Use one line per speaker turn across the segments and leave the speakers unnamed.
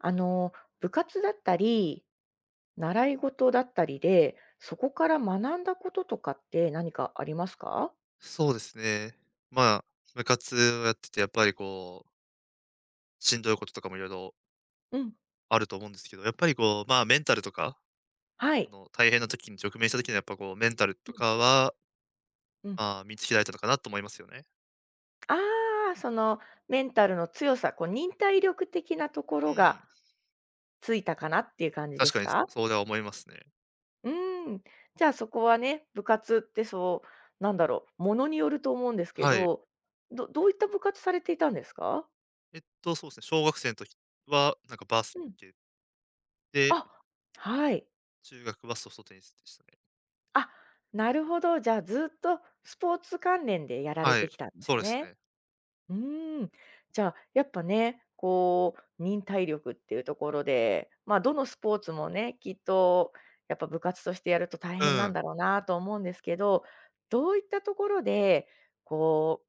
あの、部活だったり、習い事だったりで、そこから学んだこととかって何かありますか？
そうですね。まあ、部活をやってて、やっぱりこう、しんどいこととかもいろいろ
うん。
あると思うんですけど、やっぱりこう、まあメンタルとか、
は
あ
い。
の、大変な時に直面した時にやっぱこう、メンタルと
うん
かは、
うん。
まあ、見つけられたのかなと思いますよね。
ああ、そのメンタルの強さ、こう忍耐力的なとこ
う
ろ
ん。
がついたかなっていう感じで
確
す
かに
か？
そうでは思いますね。
うーん。じゃあそこはね、部活ってそう、なんだろう、ものによると思うんですけ
はい。
ど、どういった部活されていたんですか？
えっと、そうですね、小学生の時は、なんかバス
うん。
ケで、
あ、はい。
中学はソフトテニスでしたね。
あ、なるほど。じゃあ、ずっとスポーツ関連でやられ
は
て
い、
きたんで
そう
す
です
ね。
ね。
うーん。じゃあ、やっぱね、こう、忍耐力っていうところで、まあ、どのスポーツもね、きっと、やっぱ部活としてやると大
う
変なん
ん、
だろうなと思うんですけど、どういったところで、こう、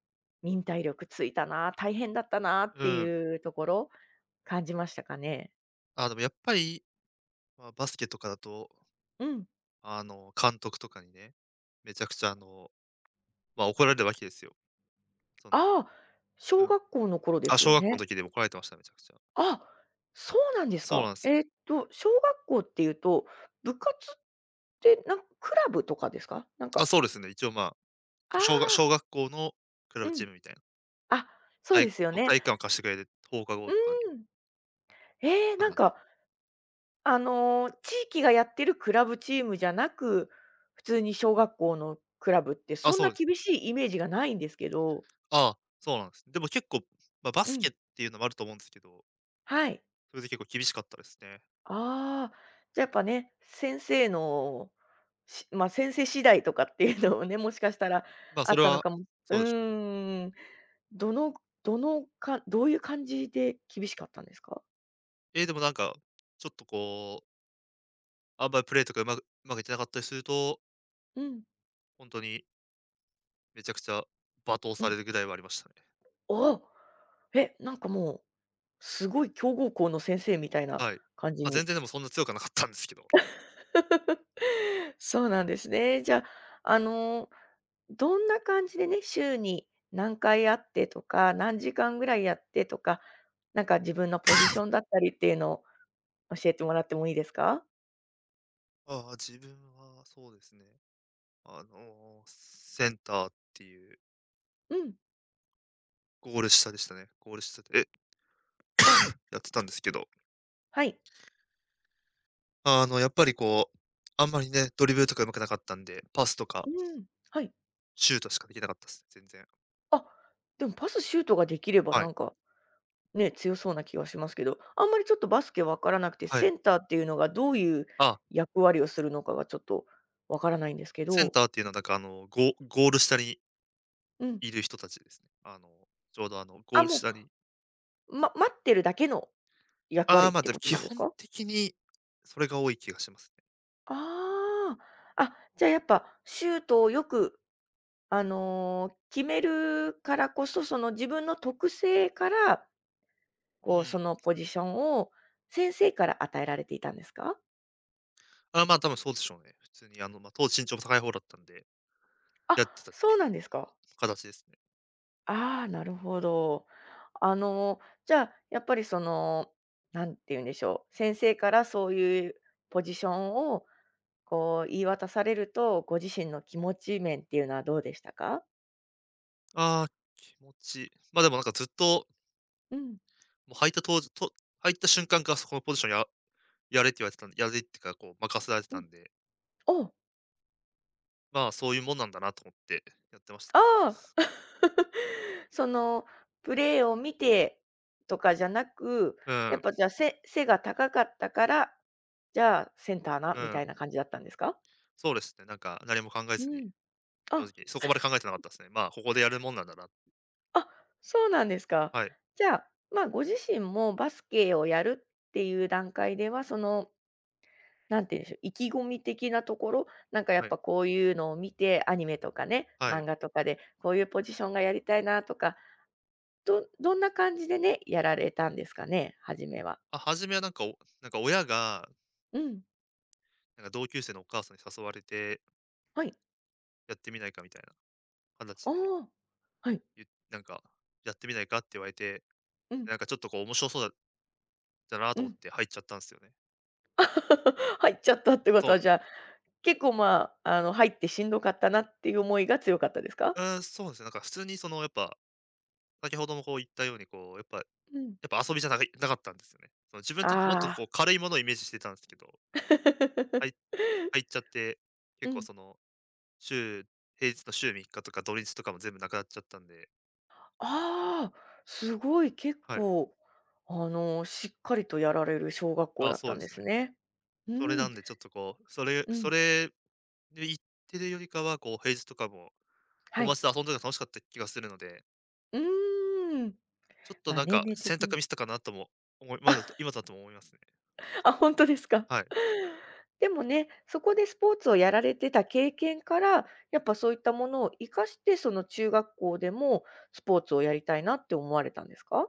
忍耐力ついたな、大変だったなっ
う
て
ん。
いうところ、感じましたかね？
あ、でもやっぱり、まあ、バスケとかだと
うん。
あの、監督とかにね、めちゃくちゃあの、まあ、怒られるわけですよ。その、
ああ、
う
小
ん。
学校の頃で
あ、
す
小
よ
学校の
ね。
時でも怒られてました、めちゃくちゃ。
あ、そうなんです
そう
か。
なんすよ。
小学校っていうと、部活ってなんかクラブとかですか？なん
あ、
か、
そうですね、一応、まあ、
あ
小学小
あ、
学校のクラ
う
ブチー
ん。
ムみたいな、
あ、そ
た
う
い
ですよね。
体育館を貸してくれて、放課後とかに、
うん。ええ、
あ
なん
の、
か、地域がやってるクラブチームじゃなく、普通に小学校のクラブって、そん
そ
な
うです。
厳しいイメージがないんですけど。
ああ、そうなんです。でも結構、ま、バ
う
スケ
ん、
っていうのもあると思うんですけど、
はい。
それで結構厳しかったですね。
ああ、じゃ、やっぱね、先生のまあ、先生次第とかっていうのもね、もしかしたら
まあ、
あ
そ
っ
れ
たの
は
かも。う
そうでしょうけど。
ーん。どのどのかどういう感じで厳しかったんですか？
ええ、でもなんか、ちょっとこう、あんまりプレーとかうまくいってなかったりすると、
うん、
ほんとにめちゃくちゃ罵倒
う
され
ん。
るぐらいはありましたね。
あなんかもう、すごい強豪校の先生みたいな
はい。
感じ
まあ、全
に。
然でもそんな強くはなかったんですけど。
そうなんですね。じゃあ、あの、どんな感じでね、週に何回あってとか、何時間ぐらいやってとか、なんか自分のポジションだったりっていうのを教えてもらってもいいですか？
ああ、自分はそうですね。あの、センターっていう
うん。
ゴール下でしたね。ゴール下で
あ、
やってたんですけど、
はい。
あの、やっぱりこう、あんまりね、ドリブルとか上手くなかったんで、パスとか
うん。はい。
シュートしかできなかったです、ね全然。
あ、でもパス、シュートができれば
は
な
い。
んか、ね、強そうな気はしますけど、あんまりちょっとバスケ分からなくて、
は
セ
い。
ンターっていうのがどういう
あ、
役割をするのかがちょっとわからないんですけ
セン
ど、
ターっていうのはなんかあの、ゴール下に
うん。
いる人たちですね。あの、ちょうどあの、ゴー
あ、
ル
も
下に、
う、待ってるだけの役割っ
まあ、
て
でも
こと
基
なんです
本
か？
的にそれが多い気がしますね。
ああ、あ、じゃあやっぱシュートをよく、決めるからこそ、その自分の特性から
う
こう、そ
ん。
のポジションを先生から与えられていたんですか？
あ、まあ、多分そうでしょうね。普通にあの、まあ、当時身長も高い方だったんで、
あ、
やってた
そうなんですか。
形ですね。
ああ、なるほど。じゃあ、やっぱりその、なんて言うんでしょう、先生からそういうポジションをこう言い渡されると、ご自身の気持ち面っていうのはどうでしたか？
ああ、気持ちいいま、あでもなんかずっと、
うん、
もう入った当時と入った瞬間からそこのポジションやれって言われてたんでやれっていうか、こう任せられて
う
た
ん。
んで、
お！
まあ、そういうもんなんだなと思ってやってました。
ああ。その、プレーを見てとかじゃなく、
う
や
ん、
っぱじゃあ、背が高かったから、じゃあ、センターな
う
みた
ん。
いな感じだったんですか？
そうですね、なんか何も考えず
う
に、
ん。
正
あ、
直、そこまで考えてなかったですね。まあ、ここでやるもんなんだな。
あ、そうなんですか。
はい、
じゃあ、ま、ご自身もバスケをやるっていう段階では、その、なんて言うんでしょう、意気込み的なところ、なんかや
は
っ
い、
ぱこういうのを見て、アニメとかね、
はい。
漫画とかで、こういうポジションがやりたいなとか、どんな感じでね、やられたんですかね？初めは。
あ、初めはなんか、なんか親が、
うん。
なんか同級生のお母さんに誘われて、
はい。
やってみないかみたいな形
あ
で
あ。はい。
なんか、やってみないかって言われて、
うん、
なんかちょっとこう面白そうだな
う
と思っ
ん。
て入っちゃったんですよね。
入っちゃったってこ
そう
と
なん
は、
で
じゃ
す。
あ、結構、まあ、入ってしんどかったなっていう思いが強かったですか？
うーん、そうですね。なんか普通にそのやっぱ、先ほどもこう言ったようにこう、やっぱや
うん。
っぱ遊びじゃなかったんですよね。その自分ちょっともっと
あ
こ
あ。
う軽いものをイメージしてたんですけど、はい、 入っちゃって、結
う
構
ん。
その、週平日の週3日とか土日とかも全部なくなっちゃったんで、
ああ、すごい結
はい。
構、しっかりとやられる小学校
あ、
だっ
そ
た
う
ん
で
で
すね。
すね。う
それな
ん、
んでちょっとこう、それ
う
そ
ん。
れで行ってるよりかは、こう平日とかも
は
友
い。
達と遊んでるのが楽しかった気がするので
うーん。
ちょっと
ま、
なん
年
か
齢
選
的
択
に。
ミスったかなとも思いまだ今だとも思いますね。
あ、本当ですか。
はい。
でもね、そこでスポーツをやられてた経験から、やっぱそういったものを活かして、その中学校でもスポーツをやりたいなって思われたんですか？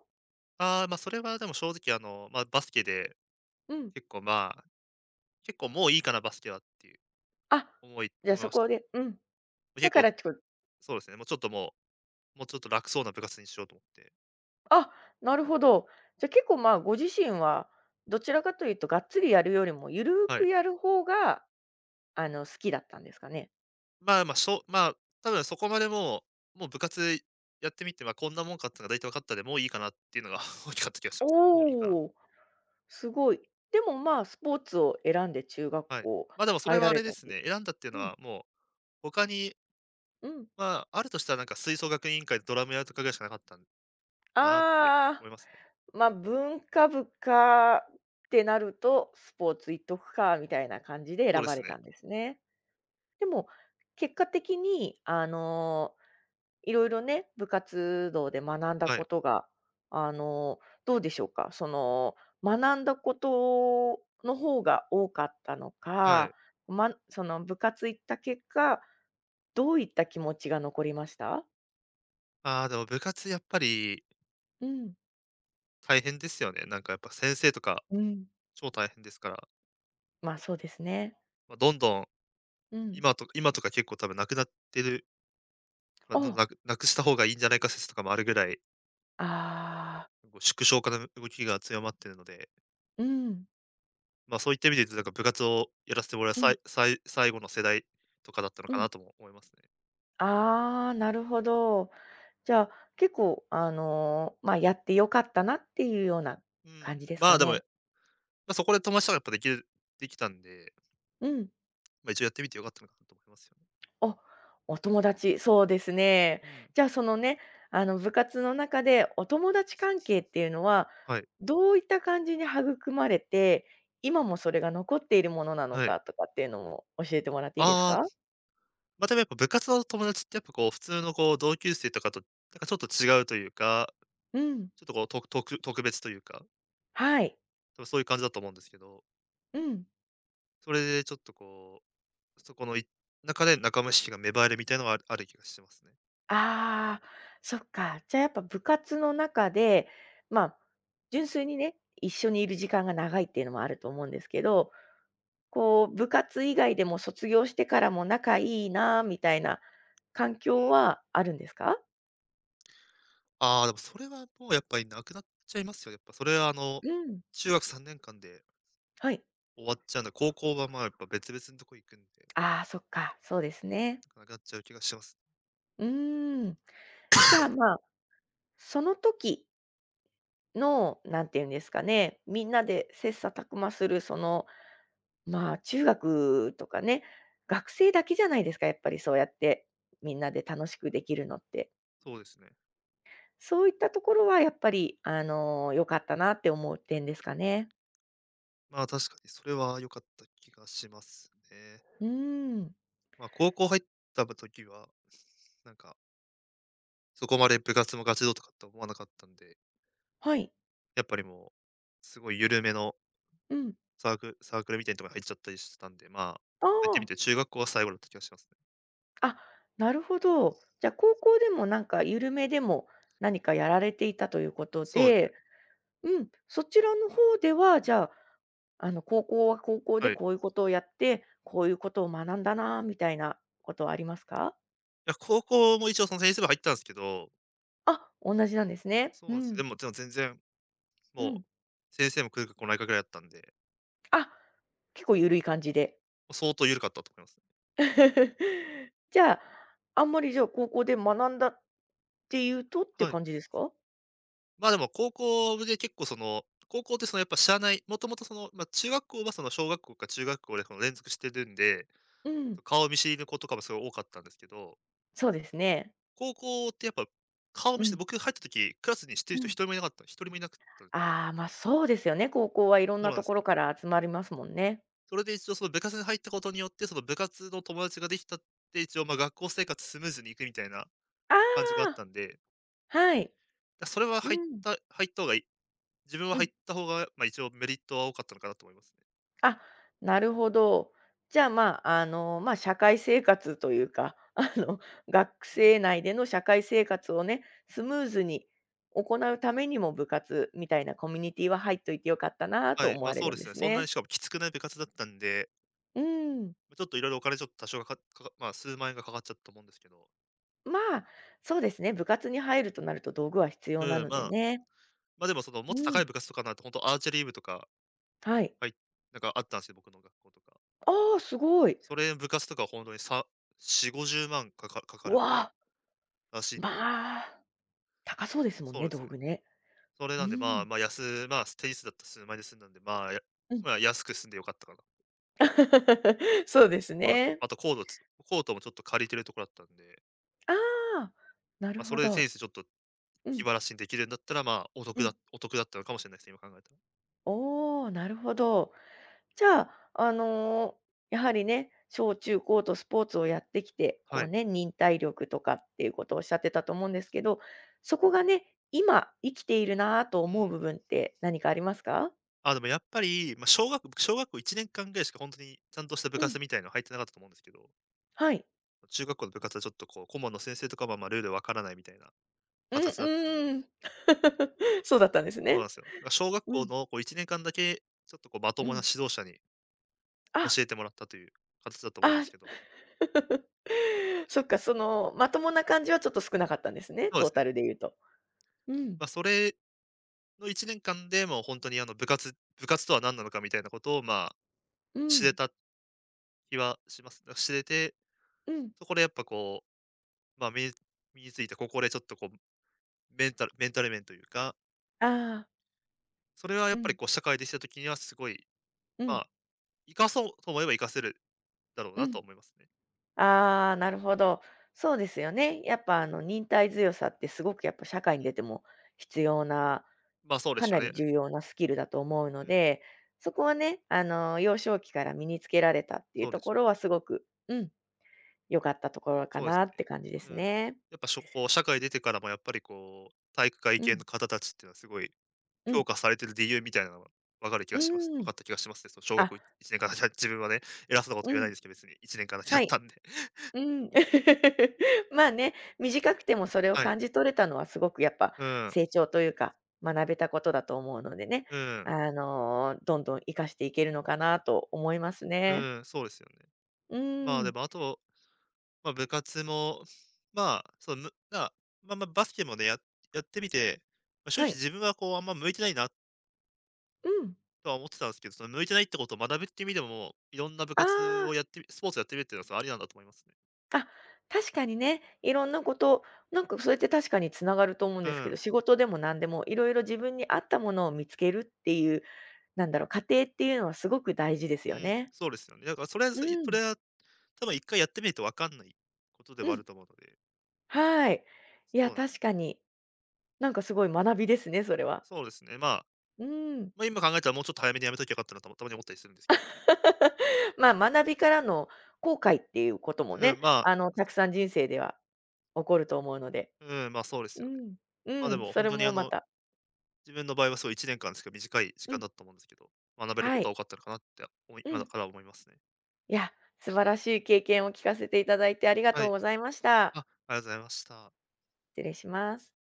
ああ、ま、それはでも正直あの、ま、バスケで
うん。
結構まあ、結構もういいかなバスケはっていう
あ、
思い
じゃあ
思い
そ
ました。
こで。うん。
結
だか
構
らちこと
そうですね、もうちょっと楽そうな部活にしようと思って。
あ、なるほど。じゃ、結構、ま、ご自身はどちらかというとがっつりやるよりもゆるー
はい。
くやる方が、好きだったんですかね？
まあまあ、まあ、多分そこまでもう部活やってみて、ま、こんなもんかっていうのが大体分かったんで、もういいかなっていうのが 大きかった気がします。もういいかな。
おお、すごい。でも、まあ、スポーツを選んで中学
はい。
校
ま、でもそれ
入
は
ら
あ
れ
れで
たと。
すね、選んだっていうの
うん。
はもう他に
うん。
まあ、あるとしたらなんか吹奏楽委員会でドラムやるとかぐらいしかなかったんかなって
あ
思
あ、
いますね。
ま、文化部かってなると、スポーツ行っとくかみたいな感じで
そう
選
で
ば
す
れた
ね。
んですね。でも、結果的にいろいろね、部活動で学んだ
は
こ
い。
とが、あの、どうでしょうか？その、学んだことの方が多かったの
はい。
か、まその部活行った結果、どういった気持ちが残りました？
ああ、でも部活やっぱり
うん。
大変ですよね。なんかやっぱ先生とか
うん、
超大変ですから、
ま、そうですね。
まあ、どんどん
うん。
今とか結構多分なくなってる、まあ、どんどん
お、
なくした方がいいんじゃないか説とかもあるぐらい、
ああ、
こう縮小化の動きが強まってるので、
うん、
ま、そういった意味で言うとなんか部活をやらせてもらう
う
さ
ん、
いさい最後の世代とかだったの
う
かな
ん。
とも思いますね。
ああ、なるほど。じゃあ、結構、まあ、やってよかったなっていうような
う
感
ん。
じです
ま
か
あ、でも、ま
ね。
あ、そこで友達とかやっぱできたんで、
うん。
まあ、一応やってみて良かったのかなと思いますよね。
お、お友達、そうですね。
うん。
じゃあ、そのね、部活の中でお友達関係っていうのは、
はい。
どういった感じに育まれて、今もそれが残っているものなの
はい。
かとかっていうのも教えてもらっていいです
ああ、
か？
まあ、でもやっぱ部活の友達ってやっぱこう普通のこう同級生とかと、なんかちょっと違うというか、
うん。
ちょっとこうと特別というか、
はい。
多分そういう感じだと思うんですけど、
うん。
それでちょっとこう、そこの中で仲間意識が芽生えるみたいなのはある気がしてますね。
ああ、そっか。じゃあやっぱ部活の中で、まあ、純粋にね、一緒にいる時間が長いっていうのもあると思うんですけど、こう、部活以外でも卒業してからも仲いいなみたいな環境はあるんですか？
ああ、でもそれはもうやっぱりなくなっちゃいますよ。やっぱそれはあの、
うん、
中学3年間で
はい。
終わっちゃうんで、高校はまあやっぱ別々のとこ行くんで、
ああ、そっか、そうですね。
なくなっちゃう気がします。
うーん。じゃあ、まあ、その時の、なんて言うんですかね、みんなで切磋琢磨するそのまあ、中学とかね、学生だけじゃないですか、やっぱりそうやってみんなで楽しくできるのって。
そうですね。
そういったところはやっぱり、良かったなって思う点ですかね。
まあ、確かにそれは良かった気がしますね。
うーん。
まあ、高校入った時は、なんか、そこまで部活もガチ動とかって思わなかったんで、
はい。
やっぱりもう、すごい緩めの
うん。
サークルみたいなところに入っちゃったりしてたんで、まあ、そう
あ
言ってみ
あ。
て中学校は最後だった気がしますね。
あ、なるほど。じゃあ、高校でもなんか緩めでも何かやられていたということ
そうですね。
で、うん、そちらの方では、じゃあ、高校は高校
は
で
い。
こういうことをやって、こういうことを学んだなみたいなことはありますか？
いや、高校も一応その先生部入ったんですけど、
あ、同じなんですね。
そう
う
なんですよ。で
ん、
も、でも全然、
う
も
ん。
う、先生も来るか来ないかぐらいだったんで、
あ、結構ゆるい感じで。
相当緩かったと思いますね。
じゃあ、あんまりじゃあ、高校で学んだっていうとって
はい。
感じですか？
まあ、でも高校で結構その、高校ってそのやっぱ知らない、もともとその、ま、中学校はその小学校か中学校でその連続してるんで、
うん、
顔見知りの子とかもすごい多かったんですけど、
そうですね。
高校ってやっぱ顔見
う
知り
ん、
僕入った時、クラスに知ってる
う
人
ん。
一人もいなくったんです。
ああ、ま、そうですよね、高校はいろん
そう
な
なん
と
です
ころ
よ。
から集まりますもんね。
それで一応その部活に入ったことによって、その部活の友達ができたって、一応、ま、学校生活スムーズにいくみたいな
あ
感じがあった
あ、
んで、
はい。
それは
うん、
入った方がいい自分は
う
入っ
ん。
た方が、ま、一応メリットは多かったのかなと思います
あ、なるほど。じゃあ、まあ、まあ、社会生活というか、学
ね。
生内での社会生活をね、スムーズに行うためにも部活みたいなコミュニティは入っといてよかったな
は
と
い、
思
ま、あ
われ
そう
る
で
んで
すね。
す
そんなに
ね。
しかもきつくない部活だったんで、
うん。
まちょっといろいろお金ちょっと多少かかかかまあ、数万円がかかっちゃったと思うんですけど。
まあ、そうですね、部活に入るとなると道具は必要な
うん、
の
ま
で
あ、
ね。
ま、でもそのもっと
う
高い
ん、
部活とかなと、本当アーチェリー部とか、
はい。
はいなんかあったんですよ、僕の学校とか。
ああ、すごい。
それ部活とか本当にさ4、50万かかかか
う
る
わあ、
らしいんで、
まあ、高そうですもん
そう
ね、
です
道
ね。
具ね。
それな
う
んで、まあ、
ん、
ま、あ安、まあ、テニスだったら数万円で済んだんで、まあ、や
うん。
まあ、安く済んで良かったかな。
そうです
そうですね。
ね。
あとコートもちょっと借りてるところだったんで、
ああ、なる
あ、そ
ほ
れでテニ
ど。
スちょっと
う
気
ん、
晴らしにできるんだったら、まあ、お得
う
だ
ん。
お得だったのかもしれないですね、今考えたら。
おお、なるほど。じゃあ、やはりね、小中高とスポーツをやってきて、こ
は
う
い。
ね、忍耐力とかっていうことをおっしゃってたと思うんですけど、そこがね、今生きているなぁと
う
思
ん。
う部分って何かありますか？
あ、でもやっぱり、まあ、小学校1年間ぐらいしか本当にちゃんとした部
うん、
活みたいなの入ってなかったと思うんですけど、
はい。
中学校の部活はちょっとこう、顧問の先生とかは、ルールわからないみたいな
うん、
形だったんで、
うん。そうだったんです
そうなん
ね。
ですよ。小学
う
校
ん、
のこう1年間だけ、ちょっとこうまと
う
もな
ん。
指導者に
あ、
教えてもらったという形だと思うんで
あ、
すけど、
そっか、その、まともな感じはちょっと少なかったんですね、
そうで
トー
すね。
タルで言うと。うん。
まあ、それの1年間で、もう本当にあの部活とは何なのかみたいなことを、まあ、
う
知れ
ん、
た気はします。知れて
うん。
そこでやっぱこう、まあ、身についたここでちょっとこう、メンタル面というか、
ああ、
それはやっ
う
ぱり
ん、
こう社会でした時にはすごい、
う
ま
ん、
あ、生かそうと思えば生かせるだろう
う
なと
ん。
思いますね。
ああ、なるほど。そうですよね。やっぱあの忍耐強さってすごくやっぱ社
う
会に
ん。
出ても必要な、
まあ、そうで
か
した
なり
ね。
重要なスキルだと思う
う
の
ん、
で、そこはね、あの幼少期から身につけられたっていう
そうで
と
し
ころ
た。
はすごく、うん、良かったところか
そうです
なっ
ね。
て感じで
う
す
ん。
ね。
やっぱしょこう社会出てからもやっぱりこう、体育会
う
系
ん、
の方たちっていうのはすごい
う
評
ん、
価されてる理由みたいなのが分かる気がします。
う
分か
ん。
った気がしますね。その小学
あ、
校1年間だけ 自分はね、偉そうなこと
う
言えない
ん、
んですけど、別に1年間だけだっ
は
た
い。
んで。
うん。まあね、短くてもそれを
はい。
感じ取れたのはすごくやっぱ
うん。
成長というか、学べたことだと思うのでね、
うん。
どんどん活かしていけるのかなと思います
う
ね。
ん、そうですよね。
う
まあ、で
ん。
も、あと、まあ、部活も、まあ、そうむなまあまあ、まあバスケもね、やってみて、まあ、正
は
直
い。
自分はこう、あんま向いてないな
うん。
とは思ってたんですけど、その向いてないってことを学ぶって意味でも、いろんな部活
あ
をやってみスポーツやってみるっていうのは、そうありなんだと思いますね。
あ、あ、確かにね、いろんなこと、なんかそれって確かに繋がると思うん
う
ですけど、
ん。
仕事でも何でもいろいろ自分に合ったものを見つけるっていう、なんだろう、過程っていうのはすごく大事です
う
よ
ん、
ね。
そうですよね。だからそれは、
う
そそれ
ん。
は多分一回やってみると分かんないことでは
う
ある
ん。
と思うので、
はい。い
そう
や、
なんですよ。
確かに。なんかすごい学びですね、それは。
そうですね、まあ、
うん。
まあ、今考えたらもうちょっと早めにやめときゃよかったなともたまに思ったりするんですけど。
まあ、学びからの後悔っていうことも
う
ね、
ん、
たく
そ
さん人生では起こると思うので。
うん、まあ、そうです
う
よね。
ん。う
で
ん、
も
そ
本
れ
当にあ
もま
の
た。
自分の場合はそう1年間ですけど、短い時
う
間
ん、
だったと思うんですけど、学べる
は
こと
い。
は多かったのかなって、
う
今だ
ん。
から思いますね。
いや、素晴らしい経験を聞かせていただいてありが
は
とう
い。
ございました。
あ、ありがとうございました。
失礼します。